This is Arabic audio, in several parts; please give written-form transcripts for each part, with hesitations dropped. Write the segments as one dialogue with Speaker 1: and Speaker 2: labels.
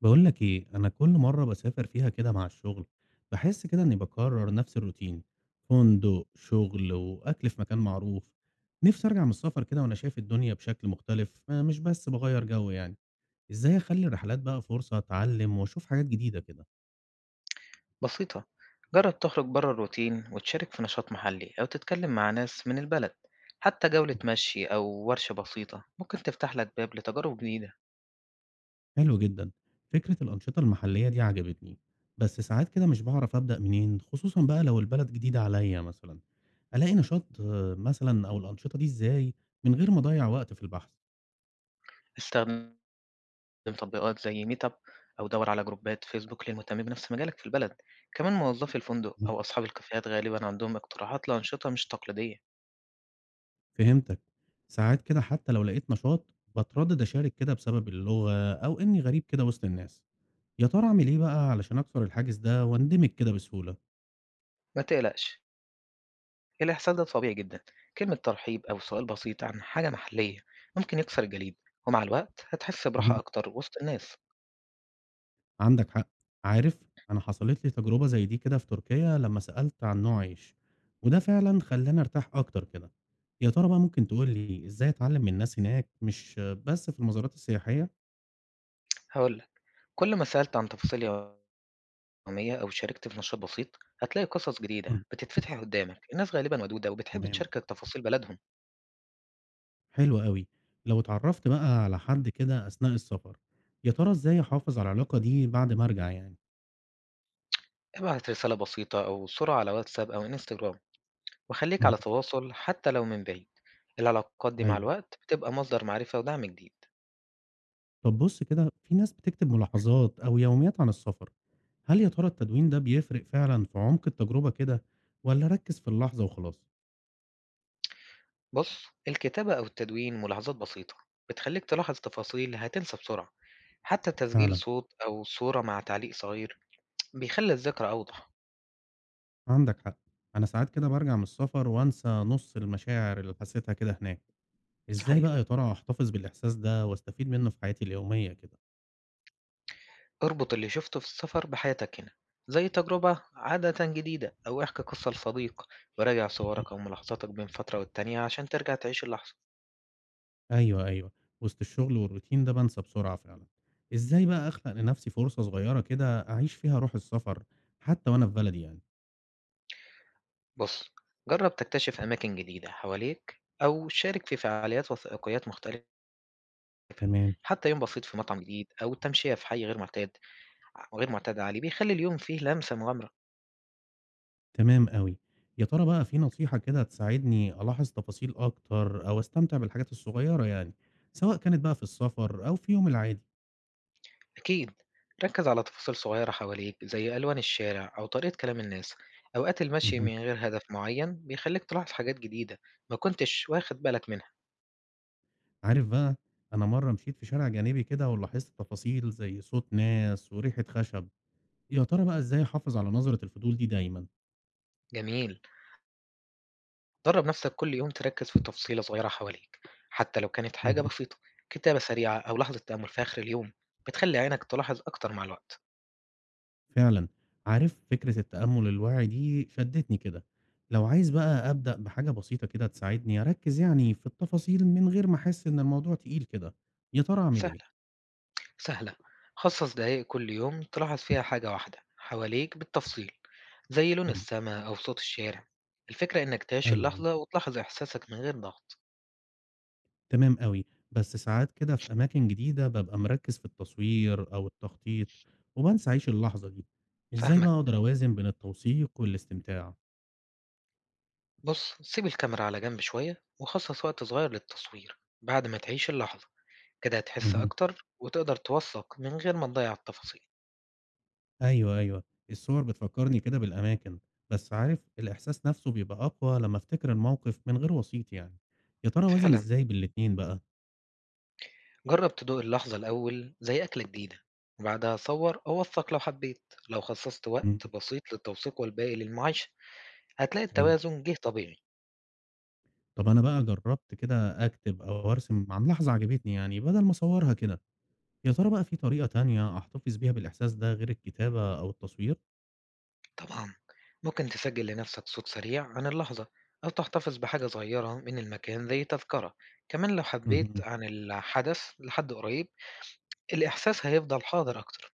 Speaker 1: بقول لك ايه، انا كل مره بسافر فيها كده مع الشغل بحس كده اني بكرر نفس الروتين. فندق، شغل، واكل في مكان معروف. نفسي ارجع من السفر كده وانا شايف الدنيا بشكل مختلف، آه، مش بس بغير جو يعني. ازاي اخلي الرحلات بقى فرصه اتعلم واشوف حاجات جديده كده؟
Speaker 2: بسيطة. جرب تخرج بره الروتين وتشارك في نشاط محلي أو تتكلم مع ناس من البلد. حتى جولة مشي أو ورشة بسيطة ممكن تفتح لك باب لتجارب جديدة.
Speaker 1: حلو جدا، فكره الانشطه المحليه دي عجبتني. بس ساعات كده مش بعرف ابدا منين، خصوصا بقى لو البلد جديده عليا مثلا. الاقي نشاط، آه، مثلا او الانشطه دي ازاي، من غير ما اضيع وقت في البحث؟
Speaker 2: استخدم تطبيقات زي ميت أب، أو دور على جروبات فيسبوك للمهتمين بنفس مجالك في البلد. كمان موظفي الفندق أو أصحاب الكافيهات غالبا عندهم اقتراحات لأنشطة مش تقليدية.
Speaker 1: فهمتك. ساعات كده حتى لو لقيت نشاط، باتردد أشارك كده بسبب اللغة أو إني غريب كده وسط الناس. يا ترى أعمل إيه بقى علشان أكسر الحاجز ده واندمج كده بسهولة؟
Speaker 2: ما تقلقش، الإحساس ده طبيعي جدا. كلمة ترحيب أو سؤال بسيط عن حاجة محلية ممكن يكسر الجليد، ومع الوقت هتحس براحة
Speaker 1: مهم.
Speaker 2: أكتر وسط الناس.
Speaker 1: عندك حق. عارف، أنا حصلت لي تجربة زي دي كده في تركيا لما سألت عن نوع عيش، وده فعلا خلاني أرتاح أكتر كده. يا ترى بقى ممكن تقول لي إزاي أتعلم من الناس هناك مش بس في المزارات السياحية؟
Speaker 2: هقول، كل ما سألت عن تفاصيل يومية أو شاركت في نشاط بسيط، هتلاقي قصص جديدة
Speaker 1: مم.
Speaker 2: بتتفتح قدامك. الناس غالبا ودودة وبتحب
Speaker 1: تمام.
Speaker 2: تشاركك تفاصيل بلدهم.
Speaker 1: حلو أوي. لو اتعرّفت بقى على حد كده أثناء السفر، يا ترى إزاي أحافظ على العلاقة دي بعد ما أرجع يعني؟
Speaker 2: ابعت رسالة بسيطة أو صورة على واتساب أو انستجرام، وخليك
Speaker 1: اهم.
Speaker 2: على تواصل حتى لو من بعيد. العلاقات دي مع
Speaker 1: أيوه.
Speaker 2: الوقت بتبقى مصدر معرفة ودعم جديد.
Speaker 1: طب بُص كده، في ناس بتكتب ملاحظات أو يوميات عن السفر، هل يا ترى التدوين ده بيفرق فعلًا في عمق التجربة كده والّا ركّز في اللحظة وخلاص؟
Speaker 2: بص، الكتابة أو التدوين ملاحظات بسيطة بتخليك تلاحظ تفاصيل هتنسى بسرعة. حتى تسجيل
Speaker 1: فعلًا.
Speaker 2: صوت أو صورة مع تعليق صغير بيخلي الذكرى أوضح.
Speaker 1: عندك حق. أنا ساعات كده بارجع من السفر وأنسى نُص المشاعر اللي حسيتها كده هناك. إزاي
Speaker 2: صحيح،
Speaker 1: بقى يا ترى أحتفظ بالإحساس ده واستفيد منه في حياتي اليومية كده؟
Speaker 2: اربط اللي شفته في السفر بحياتك هنا، زي تجربة عادة جديدة أو احكي قصة لصديق. وراجع صورك أو ملاحظاتك بين فترة والتانية عشان ترجع تعيش اللحظة.
Speaker 1: أيوه، أيوه. وسط الشغل والروتين ده بانسى بسرعة فعلًا. إزاي بقى أخلق لنفسي فرصة صغيرة كده أعيش فيها روح السفر، حتى وأنا في بلدي يعني؟
Speaker 2: بص، جرب تكتشف أماكن جديدة حواليك أو شارك في فعاليات وثائقيات مختلفة.
Speaker 1: تمام.
Speaker 2: حتى يوم بسيط في مطعم جديد أو تمشية في حي غير معتاد عليه بيخلي اليوم فيه لمسة مغامرة.
Speaker 1: تمام أوي. يا ترى بقى في نصيحة كده تساعدني ألاحظ تفاصيل أكتر أو أستمتع بالحاجات الصغيرة يعني، سواء كانت بقى في السفر أو في يومي العادي؟
Speaker 2: أكيد، ركز على تفاصيل صغيرة حواليك زي ألوان الشارع أو طريقة كلام الناس. أوقات المشي
Speaker 1: اهم.
Speaker 2: من غير هدف معين بيخليك تلاحظ حاجات جديدة ما كنتش واخد بالك منها.
Speaker 1: عارف بقى، أنا مرّة مشيت في شارع جانبي كده ولاحظت تفاصيل زي صوت ناس وريحة خشب. يا ترى بقى إزاي أحافظ على نظرة الفضول دي دايمًا؟
Speaker 2: جميل، درب نفسك كل يوم تركز في تفصيلة صغيرة حواليك، حتى لو كانت حاجة
Speaker 1: اهم.
Speaker 2: بسيطة. كتابة سريعة أو لحظة تأمل في آخر اليوم بتخلي عينك تلاحظ أكتر مع الوقت.
Speaker 1: فعلًا. عارف فكرة التأمُّل الواعي دي شدّتني كده، لو عايز بقى أبدأ بحاجة بسيطة كده تساعدني أركّز يعني في التفاصيل من غير ما أحس إن الموضوع تقيل كده، يا ترى أعمل
Speaker 2: سهل
Speaker 1: إيه؟
Speaker 2: سهلة خصص دقايق كل يوم تلاحظ فيها حاجة واحدة حواليك بالتفصيل، زي لون
Speaker 1: إمم.
Speaker 2: السماء أو صوت الشارع. الفكرة إنك تعيش
Speaker 1: أيوه، أيوه،
Speaker 2: اللحظة وتلاحظ إحساسك من غير ضغط.
Speaker 1: تمام أوي، بس ساعات كده في أماكن جديدة بابقى مركّز في التصوير أو التخطيط وبانسى أعيش اللحظة دي. إزاي بقى
Speaker 2: فهمك.
Speaker 1: أقدر أوازن بين التوثيق والاستمتاع؟
Speaker 2: بص، سيب الكاميرا على جنب شوية وخصص وقت صغير للتصوير بعد ما تعيش اللحظة. كده هتحس
Speaker 1: اهم.
Speaker 2: أكتر وتقدر توثق من غير ما تضيع التفاصيل.
Speaker 1: أيوه، أيوه، الصور بتفكّرني كده بالأماكن، بس عارف الإحساس نَفْسه بيبقى أقوى لمّا أفتكر الموقف من غير وسيط يعني، يا ترى أوازن
Speaker 2: فعلا،
Speaker 1: إزاي بين الاتنين بقى؟
Speaker 2: جرب تدوق اللحظة الأول زي أكلة جديدة، وبعدها صور أو وثق لو حبيت. لو خصصت
Speaker 1: إمم.
Speaker 2: وقت بسيط للتوثيق والباقي للمعايشة، هتلاقي
Speaker 1: أيوه.
Speaker 2: التوازن جه طبيعي.
Speaker 1: طَب أنا بقى جرّبت كده أكتب أو أرسم عن لحظة عجبتني يعني بدل ما أصوّرها كده، يا ترى بقى في طريقة تانية أحتفظ بيها بالإحساس ده غير الكتابة أو التصوير؟
Speaker 2: طبعا، ممكن تسجل لنفسك صوت سريع عن اللحظة، أو تحتفظ بحاجة صغيرة من المكان زي تذكرة. كمان لو حبيت
Speaker 1: اهم.
Speaker 2: عن الحدث لحد قريب، الإحساس هيفضل حاضر أكتر.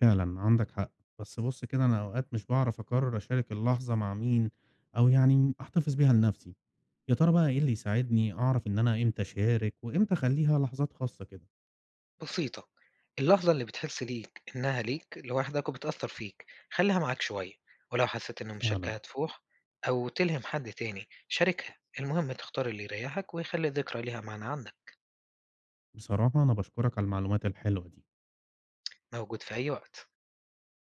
Speaker 1: فعلًا عندك حق. بس بُص كده أنا أوقات مش باعرف أقرّر أشارك اللحظة مع مين أو يعني أحتفظ بيها لنَفْسي. يا ترى بقى إيه اللي يساعدني أعرف إن أنا إمتى أشارك وإمتى أخليها لحظات خاصة كده؟
Speaker 2: بسيطة. اللحظة اللي بتحس ليك إنها ليك لوحدك وبتأثر فيك، خليها معاك شوية. ولو حسيت إن
Speaker 1: فعلا،
Speaker 2: المشاركة هتفوح أو تلهم حد تاني، شاركها. المهم تختار اللي يريحك ويخلي الذكرى ليها معنى عندك.
Speaker 1: بصراحة أنا باشكرك على المعلومات الحلوة دي.
Speaker 2: موجود في أي وقت.